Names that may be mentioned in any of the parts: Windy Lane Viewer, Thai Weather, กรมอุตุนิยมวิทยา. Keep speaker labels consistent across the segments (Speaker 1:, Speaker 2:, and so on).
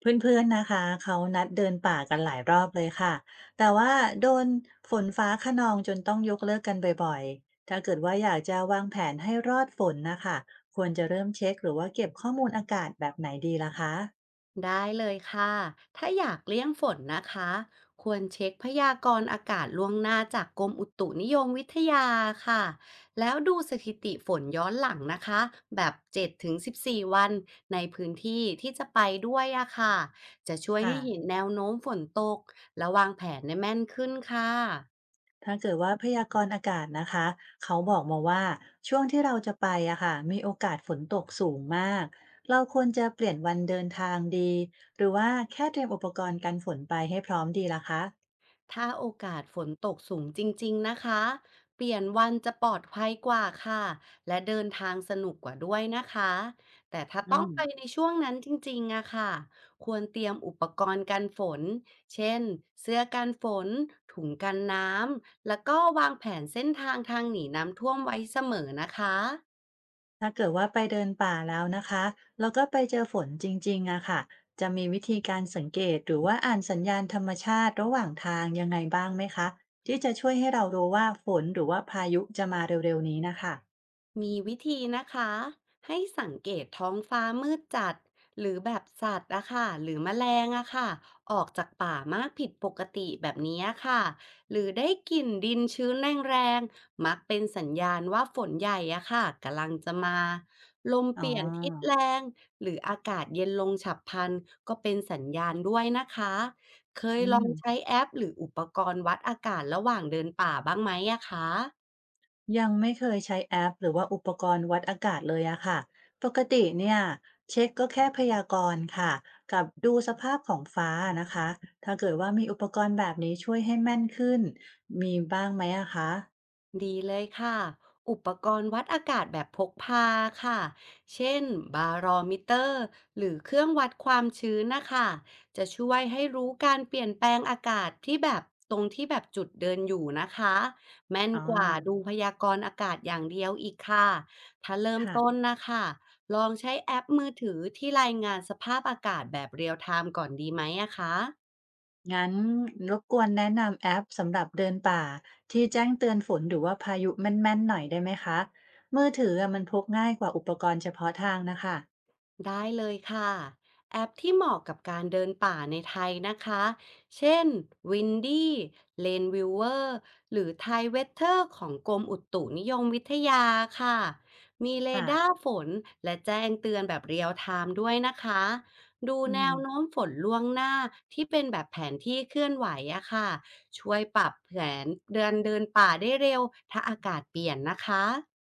Speaker 1: เพื่อนๆนะคะเขานัดเดินป่ากันหลายรอบเลยค่ะ แต่ว่าโดนฝนฟ้าคะนองจนต้องยกเลิกกันบ่อยๆถ้าเกิดว่าอยากจะวางแผนให้รอดฝนนะคะควรจะเริ่มเช็คหรือว่าเก็บข้อมูลอากาศแบบไหนดีล่ะคะ
Speaker 2: ได้เลยค่ะ ถ้าอยากเลี่ยงฝนนะคะ ควรเช็คพยากรณ์อากาศล่วงหน้าจากกรมอุตุนิยมวิทยาค่ะ แล้วดูสถิติฝนย้อนหลังนะคะ แบบ7-14วันในพื้นที่ที่จะไปด้วยอะค่ะ จะช่วย
Speaker 1: ค่ะ
Speaker 2: ให้เห็นแนวโน้มฝนตกและวางแผนได้แม่นขึ้นค่ะ
Speaker 1: ถ้าเกิดว่าพยากรณ์อากาศนะคะเขาบอกมาว่าช่วงที่เราจะไปอะค่ะมีโอกาสฝนตกสูงมาก เราควรจะเปลี่ยนวันเดินทางดีหรือว่าแค่เตรียมอุปกรณ์กันฝนไปให้พร้อมดีล่ะคะ
Speaker 2: ถ้าโอกาสฝนตกสูงจริงๆนะคะ เปลี่ยนวันจะปลอดภัยกว่าค่ะ และเดินทางสนุกกว่าด้วยนะคะ แต่ถ้า
Speaker 1: อื
Speaker 2: ต้อง
Speaker 1: ม
Speaker 2: ไปในช่วงนั้นจริงๆอะค่ะควรเตรียมอุปกรณ์กันฝน เช่นเสื้อกันฝนถุงกันน้ำ แล้วก็วางแผนเส้นทางทางหนีน้ำท่วมไว้เสมอนะคะ
Speaker 1: ถ้าเกิดว่าไปเดินป่าแล้วนะคะแล้วก็ไปเจอฝนจริงๆอะค่ะจะมีวิธีการสังเกตหรือว่าอ่านสัญญาณธรรมชาติระหว่างทางยังไงบ้างไหมคะที่จะช่วยให้เรารู้ว่าฝนหรือว่าพายุจะมาเร็วๆนี้นะคะ
Speaker 2: มีวิธีนะคะให้สังเกตท้องฟ้ามืดจัดหรือแบบสัตว์อะค่ะหรือแมลงอะค่ะออกจากป่ามากผิดปกติแบบนี้อะค่ะหรือได้กลิ่นดินชื้นแรงๆมักเป็นสัญญาณว่าฝนใหญ่อะค่ะกำลังจะมาลม
Speaker 1: อ๋
Speaker 2: เปลี่ยนทิศแร
Speaker 1: อ
Speaker 2: งหรืออากาศเย็นลงฉับพลันก็เป็นสัญญาณด้วยนะคะเคย
Speaker 1: อื
Speaker 2: ลอง
Speaker 1: ม
Speaker 2: ใช้แอปหรืออุปกรณ์วัดอากาศระหว่างเดินป่าบ้างไหมอะคะ
Speaker 1: ยังไม่เคยใช้แอปหรือว่าอุปกรณ์วัดอากาศเลยอะค่ะปกติเนี่ยเช็คก็แค่พยากรณ์ค่ะกับดูสภาพของฟ้านะคะถ้าเกิดว่ามีอุปกรณ์แบบนี้ช่วยให้แม่นขึ้นมีบ้างไหมอะคะ
Speaker 2: ดีเลยค่ะ อุปกรณ์วัดอากาศแบบพกพาค่ะ เช่นบารอมิเตอร์หรือเครื่องวัดความชื้นนะคะ จะช่วยให้รู้การเปลี่ยนแปลงอากาศที่แบบตรงที่แบบจุดเดินอยู่นะคะ แม่น
Speaker 1: อ๋
Speaker 2: กว่า
Speaker 1: อ
Speaker 2: ดูพยากรณ์อากาศอย่างเดียวอีกค่ะ ถ้าเริ่ม
Speaker 1: ค่ะ
Speaker 2: ต้นนะคะ ลองใช้แอปมือถือที่รายงานสภาพอากาศแบบเรียลไทม์ก่อนดีไหมอะคะ
Speaker 1: งั้นรบกวนแนะนำแอปสำหรับเดินป่าที่แจ้งเตือนฝนหรือว่าพายุแม่นๆหน่อยได้ไหมคะ มือถืออะมันพกง่ายกว่าอุปกรณ์เฉพาะทางนะคะ
Speaker 2: ได้เลยค่ะแอปที่เหมาะกับการเดินป่าในไทยนะคะเช่น Windy Lane Viewer หรือ Thai Weather ของกรมอุตุนิยมวิทยาค่ะมีเรดา
Speaker 1: ค่ะ
Speaker 2: ร์ฝนและแจ้งเตือนแบบเรียลไทม์ด้วยนะคะดู
Speaker 1: อื
Speaker 2: แน
Speaker 1: ม
Speaker 2: วโน้มฝนล่วงหน้าที่เป็นแบบแผนที่เคลื่อนไหวอะค่ะช่วยปรับแผนเดินเดินป่าได้เร็วถ้าอากาศเปลี่ยนนะคะ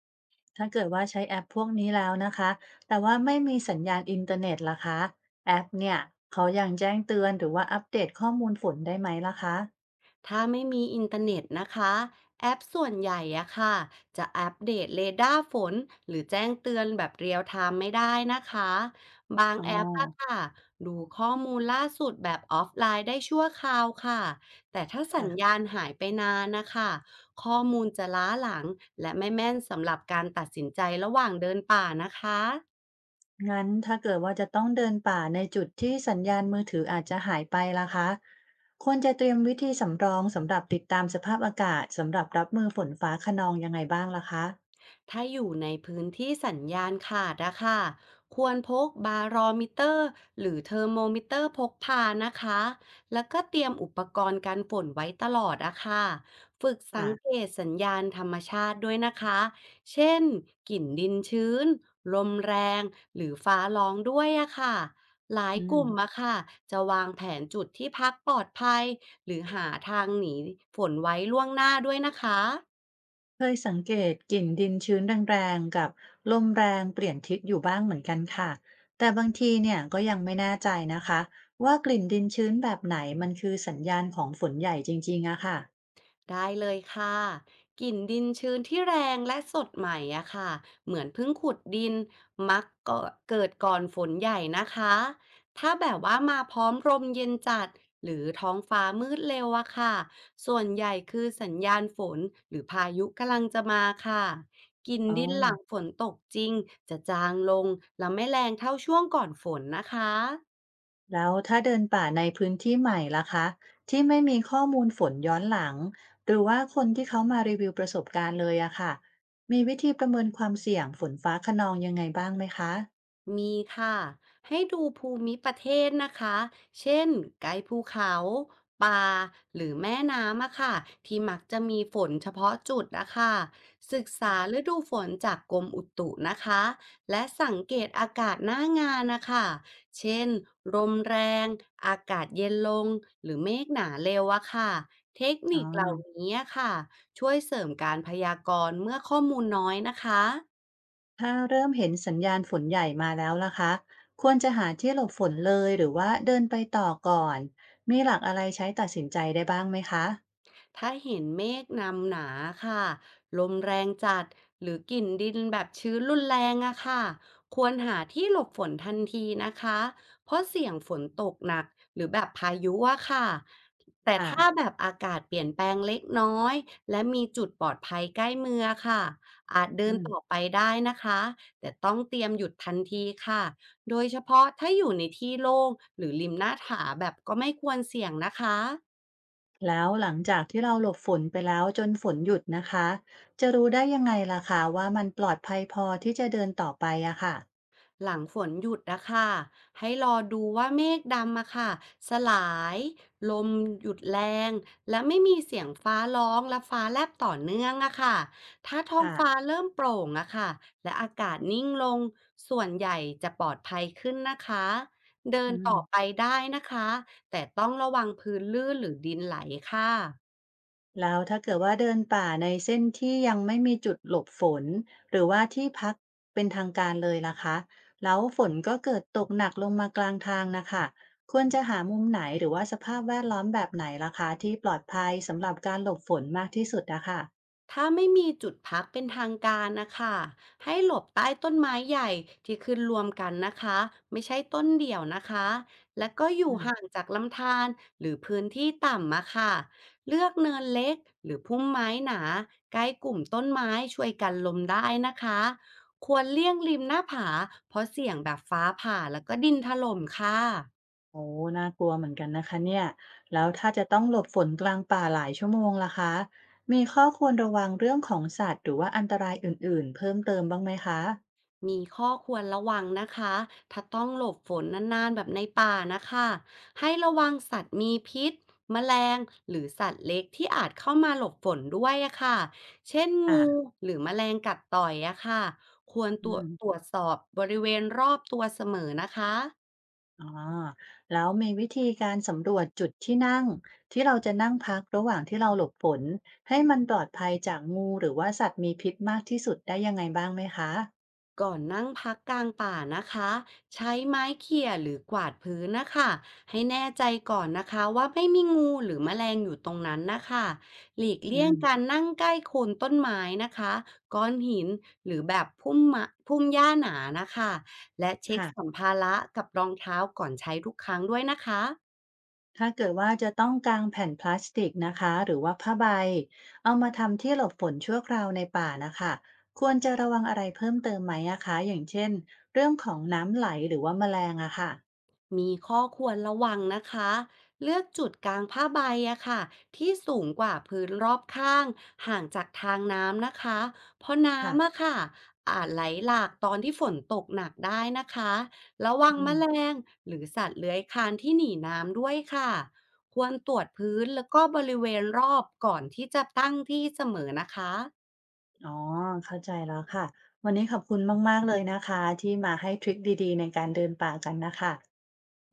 Speaker 1: ถ้าเกิดว่าใช้แอปพวกนี้แล้วนะคะ แต่ว่าไม่มีสัญญาณอินเทอร์เน็ตล่ะคะแอปเนี่ยเขายังแจ้งเตือนหรือว่าอัปเดตข้อมูลฝนได้ไหมล่ะคะ
Speaker 2: ถ้าไม่มีอินเทอร์เน็ตนะคะแอปส่วนใหญ่อะค่ะจะอัปเดตเรดาร์ฝนหรือแจ้งเตือนแบบเรียลไทม์ไม่ได้นะคะบาง
Speaker 1: อ๋อ
Speaker 2: แอปอะค่ะดูข้อมูลล่าสุดแบบออฟไลน์ได้ชั่วคราวค่ะแต่ถ้าสัญ
Speaker 1: ค่ะ
Speaker 2: ญาณหายไปนานนะคะข้อมูลจะล้าหลังและไม่แม่นสำหรับการตัดสินใจระหว่างเดินป่านะคะ
Speaker 1: งั้นถ้าเกิดว่าจะต้องเดินป่าในจุดที่สัญญาณมือถืออาจจะหายไปล่ะคะควรจะเตรียมวิธีสำรองสำหรับติดตามสภาพอากาศสำหรับรับมือฝนฟ้าคะนองยังไงบ้างล่ะคะ
Speaker 2: ถ้าอยู่ในพื้นที่สัญญาณขาดอะค่ะควรพกบารอมิเตอร์หรือเทอร์โมมิเตอร์พกพานะคะ แล้วก็เตรียมอุปกรณ์กันฝนไว้ตลอดอะค่ะฝึกสังเก
Speaker 1: ค่ะ
Speaker 2: ตสัญญาณธรรมชาติด้วยนะคะ เช่นกลิ่นดินชื้นลมแรงหรือฟ้าร้องด้วยอะค่ะ หลายก
Speaker 1: อืม
Speaker 2: ลุ่มอะค่ะจะวางแผนจุดที่พักปลอดภัยหรือหาทางหนีฝนไว้ล่วงหน้าด้วยนะคะ
Speaker 1: เคยสังเกตกลิ่นดินชื้นแรงๆกับลมแรงเปลี่ยนทิศอยู่บ้างเหมือนกันค่ะแต่บางทีเนี่ยก็ยังไม่แน่ใจนะคะว่ากลิ่นดินชื้นแบบไหนมันคือสัญญาณของฝนใหญ่จริงๆอะค่ะ
Speaker 2: ได้เลยค่ะกลิ่นดินชื้นที่แรงและสดใหม่อะค่ะเหมือนเพิ่งขุดดินมักก็เกิดก่อนฝนใหญ่นะคะถ้าแบบว่ามาพร้อมลมเย็นจัดหรือท้องฟ้ามืดเร็วอะค่ะส่วนใหญ่คือสัญญาณฝนหรือพายุกำลังจะมาค่ะกลิ่น
Speaker 1: อ๋อ
Speaker 2: ดินหลังฝนตกจริงจะจางลงและไม่แรงเท่าช่วงก่อนฝนนะคะ
Speaker 1: แล้วถ้าเดินป่าในพื้นที่ใหม่ล่ะคะที่ไม่มีข้อมูลฝนย้อนหลังหรือว่าคนที่เขามารีวิวประสบการณ์เลยอะค่ะมีวิธีประเมินความเสี่ยงฝนฟ้าคะนองยังไงบ้างไหมคะ
Speaker 2: มีค่ะให้ดูภูมิประเทศนะคะเช่นไกลภูเขาป่าหรือแม่น้ำอะค่ะที่มักจะมีฝนเฉพาะจุดนะคะศึกษาฤดูฝนจากกรมอุตุนะคะและสังเกตอากาศหน้างานนะคะเช่นลมแรงอากาศเย็นลงหรือเมฆหนาเร็วอะค่ะเทค
Speaker 1: อ๋อ
Speaker 2: นิคเหล่านี้อะค่ะช่วยเสริมการพยากรณ์เมื่อข้อมูลน้อยนะคะ
Speaker 1: ถ้าเริ่มเห็นสัญญาณฝนใหญ่มาแล้วล่ะคะควรจะหาที่หลบฝนเลยหรือว่าเดินไปต่อก่อนมีหลักอะไรใช้ตัดสินใจได้บ้างไหมคะ
Speaker 2: ถ้าเห็นเมฆนำหนาค่ะลมแรงจัดหรือกลิ่นดินแบบชื้นรุนแรงอะค่ะควรหาที่หลบฝนทันทีนะคะเพราะเสี่ยงฝนตกหนักหรือแบบพายุอะค่ะแต่
Speaker 1: ค่ะ
Speaker 2: ถ้าแบบอากาศเปลี่ยนแปลงเล็กน้อยและมีจุดปลอดภัยใกล้มือค่ะอาจเดิ
Speaker 1: อื
Speaker 2: น
Speaker 1: ม
Speaker 2: ต่อไปได้นะคะแต่ต้องเตรียมหยุดทันทีค่ะโดยเฉพาะถ้าอยู่ในที่โล่งหรือริมหน้าผาแบบก็ไม่ควรเสี่ยงนะคะ
Speaker 1: แล้วหลังจากที่เราหลบฝนไปแล้วจนฝนหยุดนะคะจะรู้ได้ยังไงล่ะคะว่ามันปลอดภัยพอที่จะเดินต่อไปอะค่ะ
Speaker 2: หลังฝนหยุดนะค่ะให้รอดูว่าเมฆดำอะค่ะสลายลมหยุดแรงและไม่มีเสียงฟ้าร้องและฟ้าแลบต่อเนื่องอะค่ะถ้าท้องฟ้า
Speaker 1: ค่ะ
Speaker 2: เริ่มโปร่งอะค่ะและอากาศนิ่งลงส่วนใหญ่จะปลอดภัยขึ้นนะคะเดิ
Speaker 1: อื
Speaker 2: น
Speaker 1: ม
Speaker 2: ต่อไปได้นะคะแต่ต้องระวังพื้นลื่นหรือดินไหลค่ะ
Speaker 1: แล้วถ้าเกิดว่าเดินป่าในเส้นที่ยังไม่มีจุดหลบฝนหรือว่าที่พักเป็นทางการเลยล่ะคะแล้วฝนก็เกิดตกหนักลงมากลางทางนะคะควรจะหามุมไหนหรือว่าสภาพแวดล้อมแบบไหนล่ะคะที่ปลอดภัยสำหรับการหลบฝนมากที่สุดอะค่ะ
Speaker 2: ถ้าไม่มีจุดพักเป็นทางการนะคะให้หลบใต้ต้นไม้ใหญ่ที่ขึ้นรวมกันนะคะไม่ใช่ต้นเดี่ยวนะคะและก็อยู่ห่างจากลำธารหรือพื้นที่ต่ำมาค่ะเลือกเนินเล็กหรือพุ่มไม้หนาใกล้กลุ่มต้นไม้ช่วยกันลมได้นะคะควรเลี่ยงริมหน้าผาเพราะเสี่ยงแบบฟ้าผ่าแล้วก็ดินถล่มค่ะ
Speaker 1: โอ้น่ากลัวเหมือนกันนะคะเนี่ยแล้วถ้าจะต้องหลบฝนกลางป่าหลายชั่วโมงล่ะคะมีข้อควรระวังเรื่องของสัตว์หรือว่าอันตรายอื่นๆเพิ่มเติมบ้างไหมคะ
Speaker 2: มีข้อควรระวังนะคะ ถ้าต้องหลบฝนนานๆแบบในป่านะคะ ให้ระวังสัตว์มีพิษแมลงหรือสัตว์เล็กที่อาจเข้ามาหลบฝนด้วยอะค่ะเช่นงู
Speaker 1: ค่ะ
Speaker 2: หรือแมลงกัดต่อยอะค่ะควรต
Speaker 1: อื
Speaker 2: รวจต
Speaker 1: ม
Speaker 2: รวจสอบบริเวณรอบตัวเสมอนะคะ
Speaker 1: อ๋อแล้วมีวิธีการสำรวจจุดที่นั่งที่เราจะนั่งพักระหว่างที่เราหลบฝนให้มันปลอดภัยจากงูหรือว่าสัตว์มีพิษมากที่สุดได้ยังไงบ้างไหมคะ
Speaker 2: ก่อนนั่งพักกลางป่านะคะใช้ไม้เขี่ยหรือกวาดพื้นนะคะให้แน่ใจก่อนนะคะว่าไม่มีงูหรือแมลงอยู่ตรงนั้นนะคะหลีก
Speaker 1: อื
Speaker 2: เลี่ยง
Speaker 1: ม
Speaker 2: การนั่งใกล้โคนต้นไม้นะคะก้อนหินหรือแบบพุ่มมะพุ่มหญ้าหนานะคะและเช็ค
Speaker 1: ค่ะ
Speaker 2: สัมภาระกับรองเท้าก่อนใช้ทุกครั้งด้วยนะคะ
Speaker 1: ถ้าเกิดว่าจะต้องกางแผ่นพลาสติกนะคะหรือว่าผ้าใบเอามาทำที่หลบฝนชั่วคราวในป่านะคะควรจะระวังอะไรเพิ่มเติมไหมอะคะอย่างเช่นเรื่องของน้ำไหลหรือว่าแมลงอะค่ะ
Speaker 2: มีข้อควรระวังนะคะเลือกจุดกลางผ้าใบอะค่ะที่สูงกว่าพื้นรอบข้างห่างจากทางน้ำนะคะเพราะ
Speaker 1: ค่ะ
Speaker 2: น้ำอะค่ะอาจไหลหลากตอนที่ฝนตกหนักได้นะคะระวัง
Speaker 1: อื
Speaker 2: แม
Speaker 1: ม
Speaker 2: ลงหรือสัตว์เลื้อยคลานที่หนีน้ำด้วยค่ะควรตรวจพื้นแล้วก็บริเวณรอบก่อนที่จะตั้งที่เสมอนะคะ
Speaker 1: อ๋อเข้าใจแล้วค่ะวันนี้ขอบคุณมากๆเลยนะคะที่มาให้ทริคดีๆในการเดินป่ากันนะคะ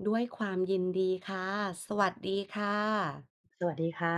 Speaker 2: ด้วยความยินดีค่ะสวัสดีค่ะ
Speaker 1: สวัสดีค่ะ